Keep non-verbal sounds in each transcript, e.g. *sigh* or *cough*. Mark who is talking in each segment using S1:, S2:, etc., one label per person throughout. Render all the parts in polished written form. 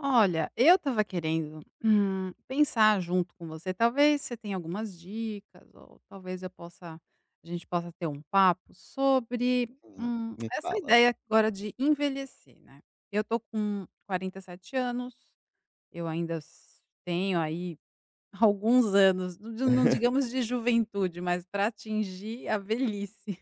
S1: Olha, eu estava querendo, pensar junto com você. Talvez você tenha algumas dicas ou talvez eu possa a gente possa ter um papo sobre,
S2: Sim,
S1: hum,
S2: me
S1: essa
S2: fala.
S1: ideia agora de envelhecer, né. Eu tô com 47 anos, eu ainda s tenho aí *laughs* alguns anos, não
S2: *laughs*
S1: digamos de juventude, mas para atingir a velhice.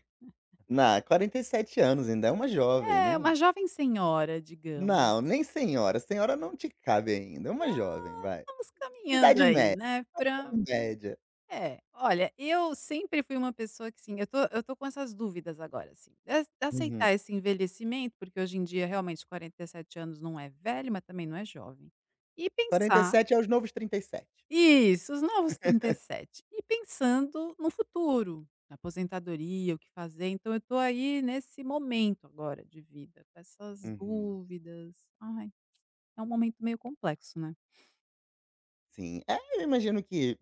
S2: Na, 47 anos ainda é uma jovem,
S1: É, uma
S2: não
S1: jovem senhora, digamos.
S2: não, nem senhora, senhora não te cabe ainda, é uma jovem, vai.
S1: Estamos caminhando
S2: Idade
S1: aí,
S2: média,
S1: né, para.
S2: idade média.
S1: É, olha, eu sempre fui uma pessoa que, sim, eu tô com essas dúvidas agora, assim, de
S2: Uhum.
S1: aceitar esse envelhecimento, porque hoje em dia realmente 47 anos não é velho, mas também não é jovem. E pensar
S2: 47 é os novos 37.
S1: isso, os novos 37. E pensando no futuro, na aposentadoria, o que fazer, então eu tô aí nesse momento agora de vida, com essas
S2: Uhum.
S1: dúvidas. Ai, é um momento meio complexo, né?
S2: Sim, é, eu imagino que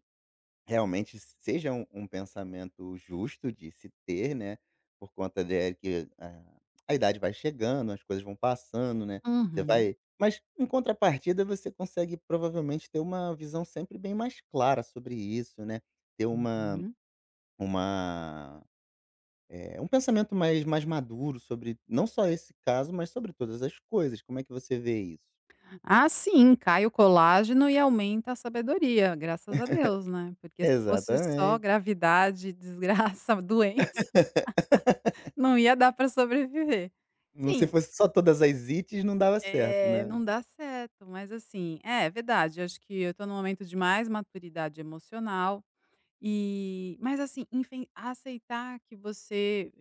S2: realmente seja um pensamento justo de se ter, né, por conta de que a idade vai chegando, as coisas vão passando, né, você
S1: Uhum,
S2: vai mas em contrapartida você consegue provavelmente ter uma visão sempre bem mais clara sobre isso, né, ter
S1: uhum.
S2: uma, um pensamento mais maduro sobre não só esse caso, mas sobre todas as coisas, como é que você vê isso?
S1: Ah, sim, cai o colágeno e aumenta a sabedoria, graças a Deus, né, porque se fosse só
S2: Exatamente.
S1: gravidade, desgraça, *laughs* doença, não ia dar para sobreviver.
S2: Não, se
S1: Sim,
S2: fosse só todas as ites não dava certo, né.
S1: não dá certo, mas assim é verdade, acho que eu tô num momento de mais maturidade emocional, e mas assim, enfim, aceitar que você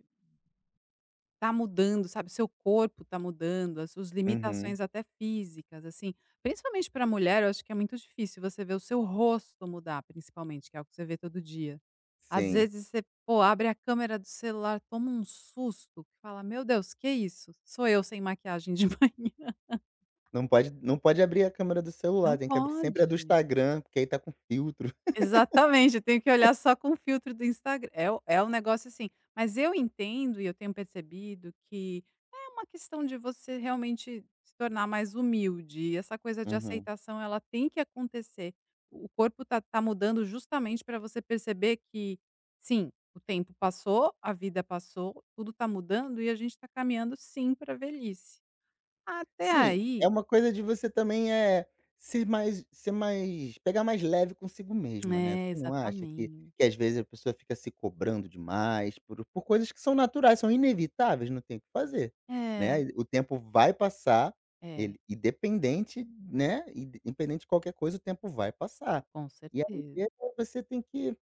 S1: tá mudando, sabe, seu corpo tá mudando, as suas
S2: Uhum,
S1: limitações até físicas, assim, principalmente para mulher eu acho que é muito difícil você ver o seu rosto mudar principalmente, que é o que você vê todo dia. Às
S2: sim.
S1: vezes você, pô, abre a câmera do celular, toma um susto, que fala: "Meu Deus, que isso? Sou eu sem maquiagem de *laughs* manhã".
S2: Não pode abrir a câmera do
S1: Não
S2: celular, tem que abrir sempre a do
S1: pode.
S2: Instagram, porque aí tá com filtro.
S1: Exatamente, eu tenho que olhar só com o filtro do Instagram. É o é um negócio assim, mas eu entendo e eu tenho percebido que é uma questão de você realmente se tornar mais humilde e essa coisa de
S2: Uhum.
S1: aceitação ela tem que acontecer. O corpo tá mudando justamente para você perceber que, sim, o tempo passou, a vida passou, tudo tá mudando e a gente tá caminhando sim pra velhice. Até
S2: Sim,
S1: aí
S2: é uma coisa de você também, é ser mais pegar mais leve consigo mesma, né.
S1: é,
S2: Você não acha que
S1: exatamente.
S2: às vezes a pessoa fica se cobrando demais por coisas que são naturais, são inevitáveis, não tem o que fazer,
S1: É,
S2: né. E o tempo vai passar,
S1: é,
S2: ele independente, né, independente de qualquer coisa, o tempo vai passar.
S1: com
S2: E aí
S1: certeza.
S2: é, você tem que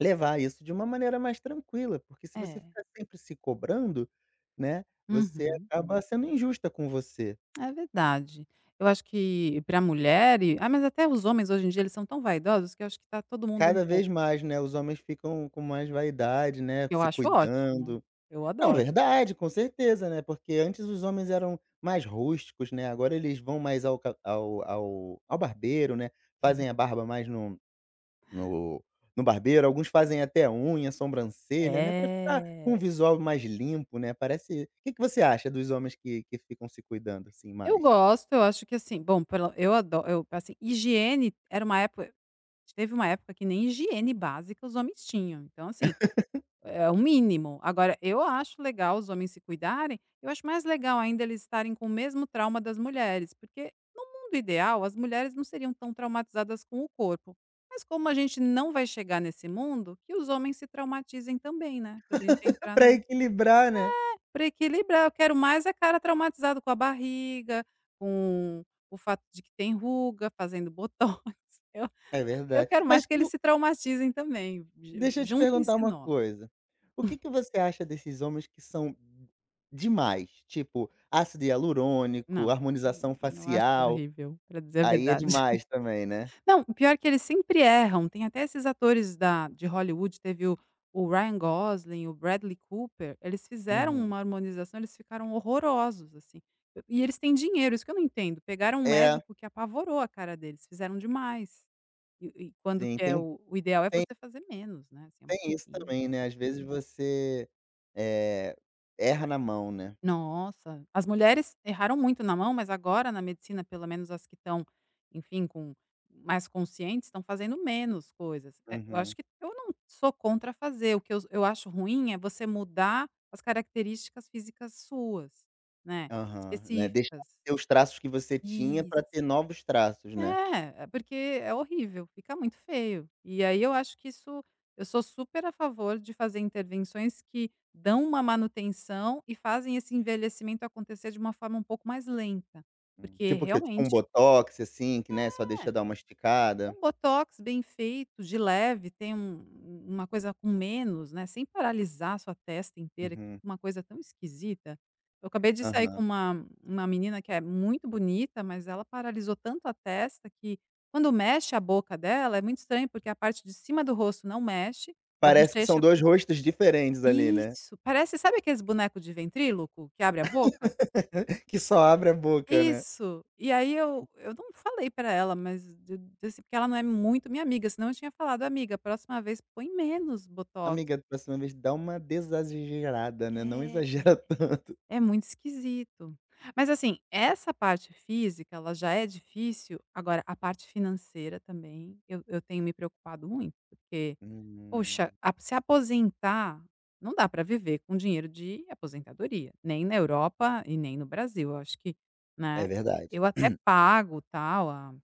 S2: levar isso de uma maneira mais tranquila, porque se você
S1: É.
S2: ficar sempre se cobrando, né, você
S1: Uhum.
S2: acaba sendo injusta com você.
S1: É verdade. Eu acho que pra mulher mas até os homens hoje em dia eles são tão vaidosos que eu acho que tá todo mundo um
S2: Cada
S1: pouco.
S2: vez mais, né, os homens ficam com mais vaidade, né,
S1: Eu
S2: se
S1: acho ótimo,
S2: cuidando.
S1: eu
S2: Não,
S1: adoro.
S2: verdade, com certeza, né, porque antes os homens eram mais rústicos, né, agora eles vão mais ao ca ao ao ao barbeiro, né, fazem a barba mais No no barbeiro, alguns fazem até unha, sobrancelha, né, pra ficar com
S1: É.
S2: um visual mais limpo, né, parece, o que que você acha dos homens que ficam se cuidando, assim,
S1: Eu
S2: mais?
S1: gosto, eu acho que assim, bom, pelo eu adoro. Eu assim, higiene era uma época teve uma época que nem higiene básica os homens tinham, então assim. É o mínimo. Agora, eu acho legal os homens se cuidarem, eu acho mais legal ainda eles estarem com o mesmo trauma das mulheres, porque no mundo ideal as mulheres não seriam tão traumatizadas com o corpo. Mas como a gente não vai chegar nesse mundo, que os homens se traumatizem também, né, pra gente
S2: *laughs*
S1: entrar
S2: Pra
S1: no
S2: equilibrar, né?
S1: pra equilibrar, eu quero mais a cara traumatizado com a barriga, com o fato de que tem ruga, fazendo botox. *laughs* Eu
S2: É
S1: eu
S2: verdade.
S1: quero
S2: Mas
S1: mais que eles
S2: no
S1: se traumatizem também, ju
S2: deixa eu te
S1: juntem-se
S2: perguntar uma
S1: nó.
S2: coisa, o que que você acha desses homens que são demais? Tipo, ácido hialurônico,
S1: Não,
S2: harmonização
S1: eu acho
S2: facial,
S1: horrível, pra dizer a
S2: aí é
S1: verdade. *laughs*
S2: demais também, né?
S1: Não, o pior é que eles sempre erram, tem até esses atores da de Hollywood, teve o Ryan Gosling, o Bradley Cooper, eles fizeram
S2: Uhum.
S1: uma harmonização, eles ficaram horrorosos, assim. E eles têm dinheiro, isso que eu não entendo, pegaram um
S2: É,
S1: médico que apavorou a cara deles, fizeram demais. E quando
S2: sim,
S1: que
S2: tem
S1: é
S2: um tem
S1: o ideal é você fazer menos, né, assim, é um
S2: tem isso
S1: pouquinho.
S2: também, né, às vezes você, eh, erra na mão, né.
S1: Nossa, as mulheres erraram muito na mão, mas agora na medicina, pelo menos as que estão, enfim, com mais conscientes, estão fazendo menos coisas. Eu acho
S2: Uhum.
S1: que eu não sou contra fazer, o que eu acho ruim é você mudar as características físicas suas, né,
S2: Aham. Né, deixa
S1: específicas.
S2: ter os traços que você tinha pra ter
S1: Isso.
S2: novos traços, né.
S1: É, é porque é horrível, fica muito feio. E aí eu acho que isso eu sou super a favor de fazer intervenções que dão uma manutenção e fazem esse envelhecimento acontecer de uma forma um pouco mais lenta,
S2: Hum.
S1: porque
S2: Tipo o quê? Tipo um
S1: realmente
S2: botox, assim, que, né, só deixa
S1: é.
S2: dar uma esticada?
S1: Um botox bem feito, de leve, tem um um, uma coisa com menos, né, sem paralisar a sua testa inteira, que fica
S2: Uhum.
S1: uma coisa tão esquisita. Eu acabei de sair com
S2: Aham.
S1: uma menina que é muito bonita, mas ela paralisou tanto a testa que quando mexe a boca dela, é muito estranho, porque a parte de cima do rosto não mexe, da
S2: Parece que são
S1: bochecha.
S2: 2 rostos diferentes ali, né.
S1: Isso, parece sabe aqueles boneco de ventríloco que abre a boca?
S2: *laughs* Que só abre a boca, né.
S1: Isso. E aí eu não falei pra ela, mas de desse porque ela não é muito minha amiga, senão eu tinha falado: "Amiga, próxima vez põe menos botox".
S2: Amiga, da próxima vez dá uma desagerada, né, não
S1: É, é.
S2: exagera *laughs* tanto.
S1: É muito esquisito. Mas assim, essa parte física, ela já é difícil, agora a parte financeira também, eu tenho me preocupado muito, porque,
S2: Hum.
S1: poxa, a se aposentar, não dá para viver com dinheiro de aposentadoria, nem na Europa e nem no Brasil. Eu acho que, né,
S2: É verdade.
S1: eu até
S2: *clears throat*
S1: pago, tal, a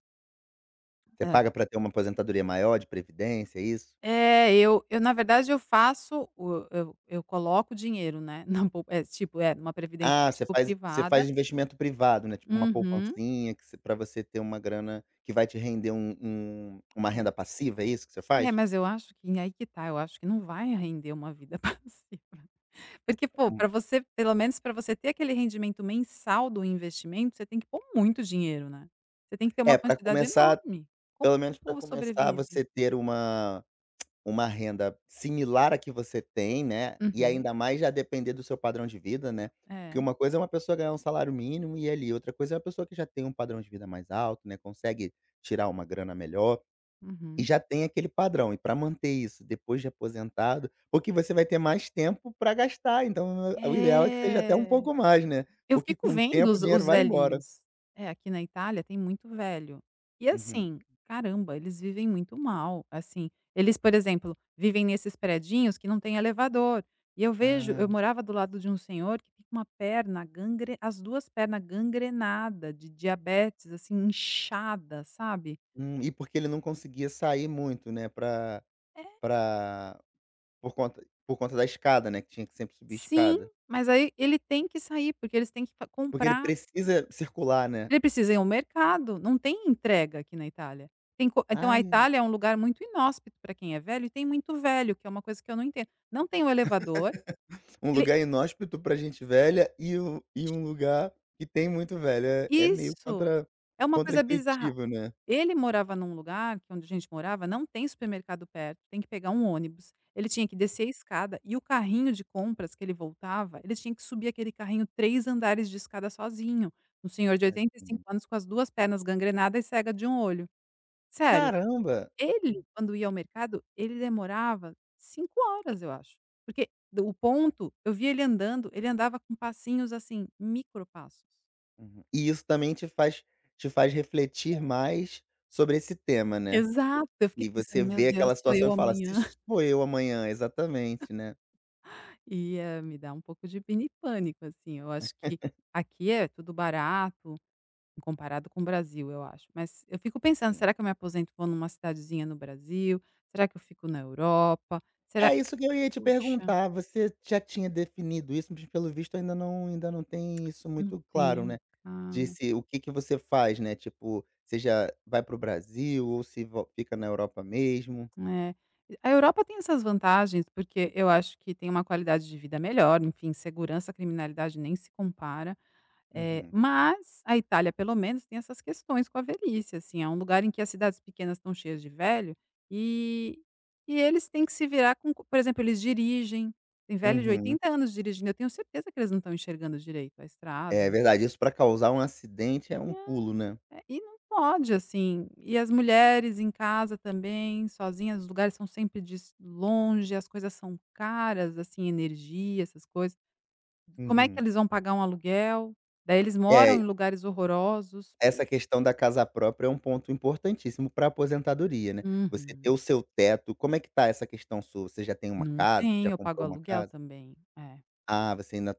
S2: Você paga pra ter uma aposentadoria maior de previdência, é isso?
S1: É, eu na verdade eu faço o eu coloco dinheiro, né, *laughs* na pou é tipo, numa previdência
S2: Ah, você
S1: tipo
S2: faz você
S1: privada.
S2: faz investimento privado, né, tipo uma
S1: Uhum.
S2: poupancinha que você pra você ter uma grana que vai te render uma
S1: É.
S2: renda passiva, é isso que você
S1: É,
S2: faz?
S1: mas eu acho que aí que tá, eu acho que não vai render uma vida *laughs* passiva. Porque, pô,
S2: Hum.
S1: para você pelo menos para você ter aquele rendimento mensal do investimento, você tem que pôr muito dinheiro, né. Você tem que ter uma
S2: É, pra
S1: quantidade
S2: começar
S1: enorme. Como
S2: pelo
S1: que o
S2: menos pra
S1: povo
S2: começar,
S1: sobrevive?
S2: você ter uma renda similar à que você tem, né, e
S1: Uhum.
S2: ainda mais já depender do seu padrão de vida, né, porque
S1: É.
S2: uma coisa é uma pessoa ganhar um salário mínimo e ali, outra coisa é uma pessoa que já tem um padrão de vida mais alto, né, consegue tirar uma grana melhor. E
S1: Uhum.
S2: já tem aquele padrão, e para manter isso depois de aposentado, porque você vai ter mais tempo para gastar, então o ideal é que seja até um
S1: É.
S2: pouco mais, né,
S1: Eu
S2: porque
S1: fico
S2: com o
S1: vendo
S2: tempo o
S1: os
S2: dinheiro
S1: os
S2: vai embora.
S1: velhinhos. É, aqui na Itália tem muito velho. E
S2: Uhum.
S1: assim, caramba, eles vivem muito mal, assim. Eles, por exemplo, vivem nesses predinhos que não tem elevador. E eu vejo eu
S2: Ah,
S1: morava do lado de um senhor que fica uma perna gangre as 2 pernas gangrenada de diabetes, assim, inchada, sabe.
S2: e porque ele não conseguia sair muito, né, pra
S1: É?
S2: pra por conta, da escada, né, que tinha que sempre subir
S1: Sim,
S2: escada.
S1: mas aí ele tem que sair, porque eles têm que fa
S2: Porque ele
S1: comprar.
S2: precisa circular, né.
S1: Ele precisa ir ao mercado, não tem entrega aqui na Itália. Tem co Então a
S2: Ai,
S1: Itália é um lugar muito inóspito para quem é velho e tem muito velho, que é uma coisa que eu não entendo. Não tem o elevador,
S2: um
S1: ele
S2: lugar inóspito pra gente velha e um lugar que tem muito velho, é é meio
S1: isso,
S2: contra,
S1: é uma
S2: contra
S1: coisa bizarra.
S2: intuitivo, né.
S1: Ele morava num lugar que onde a gente morava não tem supermercado perto, tem que pegar um ônibus, ele tinha que descer a escada e o carrinho de compras que ele voltava, ele tinha que subir aquele carrinho 3 andares de escada sozinho, um senhor de
S2: Tadinha.
S1: 85 anos com as 2 pernas gangrenadas e cega de um olho, sério.
S2: Caramba!
S1: Ele, quando ia ao mercado, ele demorava 5 horas, eu acho. Porque do o ponto, eu via ele andando, ele andava com passinhos, assim, micropassos.
S2: Uhum. E isso também te faz refletir mais sobre esse tema, né.
S1: Exato, eu fiquei
S2: E você
S1: pensando: "Meu
S2: vê
S1: Deus,
S2: aquela
S1: sou
S2: situação e
S1: eu
S2: fala: "Se
S1: amanhã". *laughs*
S2: sou eu amanhã", exatamente, né.
S1: E, me dá um pouco de mini pânico, assim. Eu acho que aqui é tudo barato, comparado com o Brasil, eu acho. Mas eu fico pensando:
S2: Sim.
S1: "Será que eu me aposento e vou numa cidadezinha no Brasil? Será que eu fico na Europa? Será."
S2: É isso que eu ia te
S1: Puxa,
S2: perguntar, você já tinha definido isso, mas pelo visto ainda não tem isso
S1: não
S2: muito claro,
S1: tenho.
S2: né, de se o que que você faz, né, tipo, você já vai para o Brasil ou se vo fica na Europa mesmo?
S1: É. A Europa tem essas vantagens, porque eu acho que tem uma qualidade de vida melhor, enfim, segurança, criminalidade nem se compara,
S2: Uhum,
S1: mas a Itália, pelo menos, tem essas questões com a velhice, assim, é um lugar em que as cidades pequenas estão cheias de velho e e eles têm que se virar com co por exemplo, eles dirigem, tem velho de
S2: uhum.
S1: 80 anos dirigindo, eu tenho certeza que eles não estão enxergando direito a estrada.
S2: É verdade, isso pra causar um acidente é um pulo, né.
S1: É, e não pode, assim. E as mulheres em casa também, sozinhas, os lugares são sempre dis longe, as coisas são caras, assim, energia, essas coisas. Como é que
S2: Uhum.
S1: eles vão pagar um aluguel? Daí eles moram
S2: É,
S1: em lugares horrorosos.
S2: essa
S1: Puxa.
S2: questão da casa própria é um ponto importantíssimo pra aposentadoria, né. Você ter
S1: Uhum.
S2: o seu teto, como é que tá essa questão sua? Você já tem uma
S1: Não
S2: casa? Você
S1: tem,
S2: já
S1: eu pago
S2: comprou uma
S1: aluguel
S2: casa?
S1: também. É.
S2: Ah, você ainda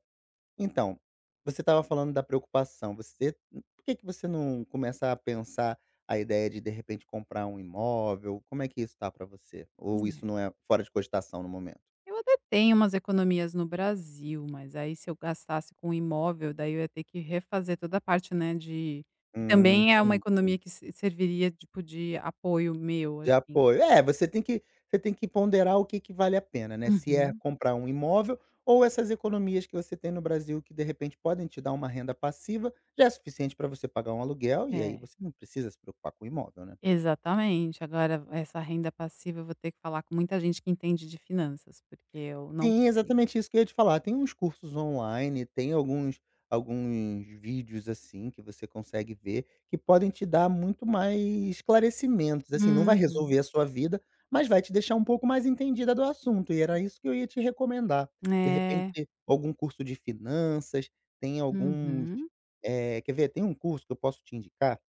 S2: então, você estava falando da preocupação, você, por que que você não começa a pensar a ideia de repente, comprar um imóvel? Como é que isso tá para você? Ou isso não é fora de cogitação no momento?
S1: Eu até tenho umas economias no Brasil, mas aí se eu gastasse com imóvel, daí eu ia ter que refazer toda a parte, né, de que também é uma economia
S2: Entendi.
S1: que se serviria, tipo, de apoio meu,
S2: De
S1: assim.
S2: apoio. É, você tem que ponderar o que que vale a pena, né, se é
S1: Uhum.
S2: comprar um imóvel ou essas economias que você tem no Brasil que, de repente, podem te dar uma renda passiva, já é suficiente para você pagar um aluguel, e aí
S1: É,
S2: você não precisa se preocupar com o imóvel, né.
S1: exatamente. Agora essa renda passiva eu vou ter que falar com muita gente que entende de finanças, porque eu não
S2: Sim,
S1: sei.
S2: exatamente isso que eu ia te falar. Tem uns cursos online, tem alguns vídeos, assim, que você consegue ver, que podem te dar muito mais esclarecimentos, assim, não vai
S1: Uhum.
S2: resolver a sua vida, mas vai te deixar um pouco mais entendida do assunto, e era isso que eu ia te recomendar. De
S1: É.
S2: repente, algum curso de finanças, tem alguns,
S1: Uhum,
S2: quer ver? Tem um curso que eu posso te indicar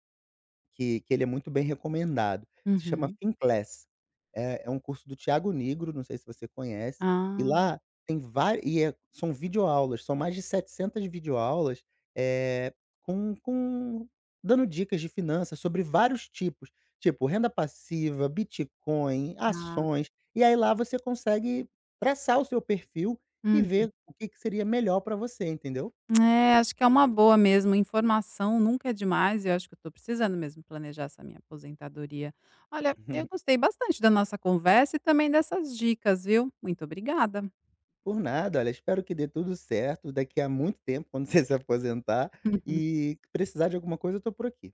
S2: que ele é muito bem recomendado, se chama
S1: uhum.
S2: Finclass. É um curso do Thiago Nigro, não sei se você conhece, e
S1: Ah,
S2: lá tem vari e é são videoaulas, são mais de 700 videoaulas, eh, com dando dicas de finanças sobre vários tipos, tipo renda passiva, Bitcoin,
S1: tá.
S2: ações, e aí lá você consegue traçar o seu perfil e
S1: Hum.
S2: ver o que que seria melhor para você, entendeu?
S1: É, acho que é uma boa mesmo. Informação nunca é demais e eu acho que eu estou precisando mesmo planejar essa minha aposentadoria. Olha, eu
S2: *laughs*
S1: gostei bastante da nossa conversa e também dessas dicas, viu? Muito obrigada.
S2: Por nada, olha, espero que dê tudo certo daqui a muito tempo, quando *laughs* você se aposentar, e precisar de alguma coisa eu tô por aqui.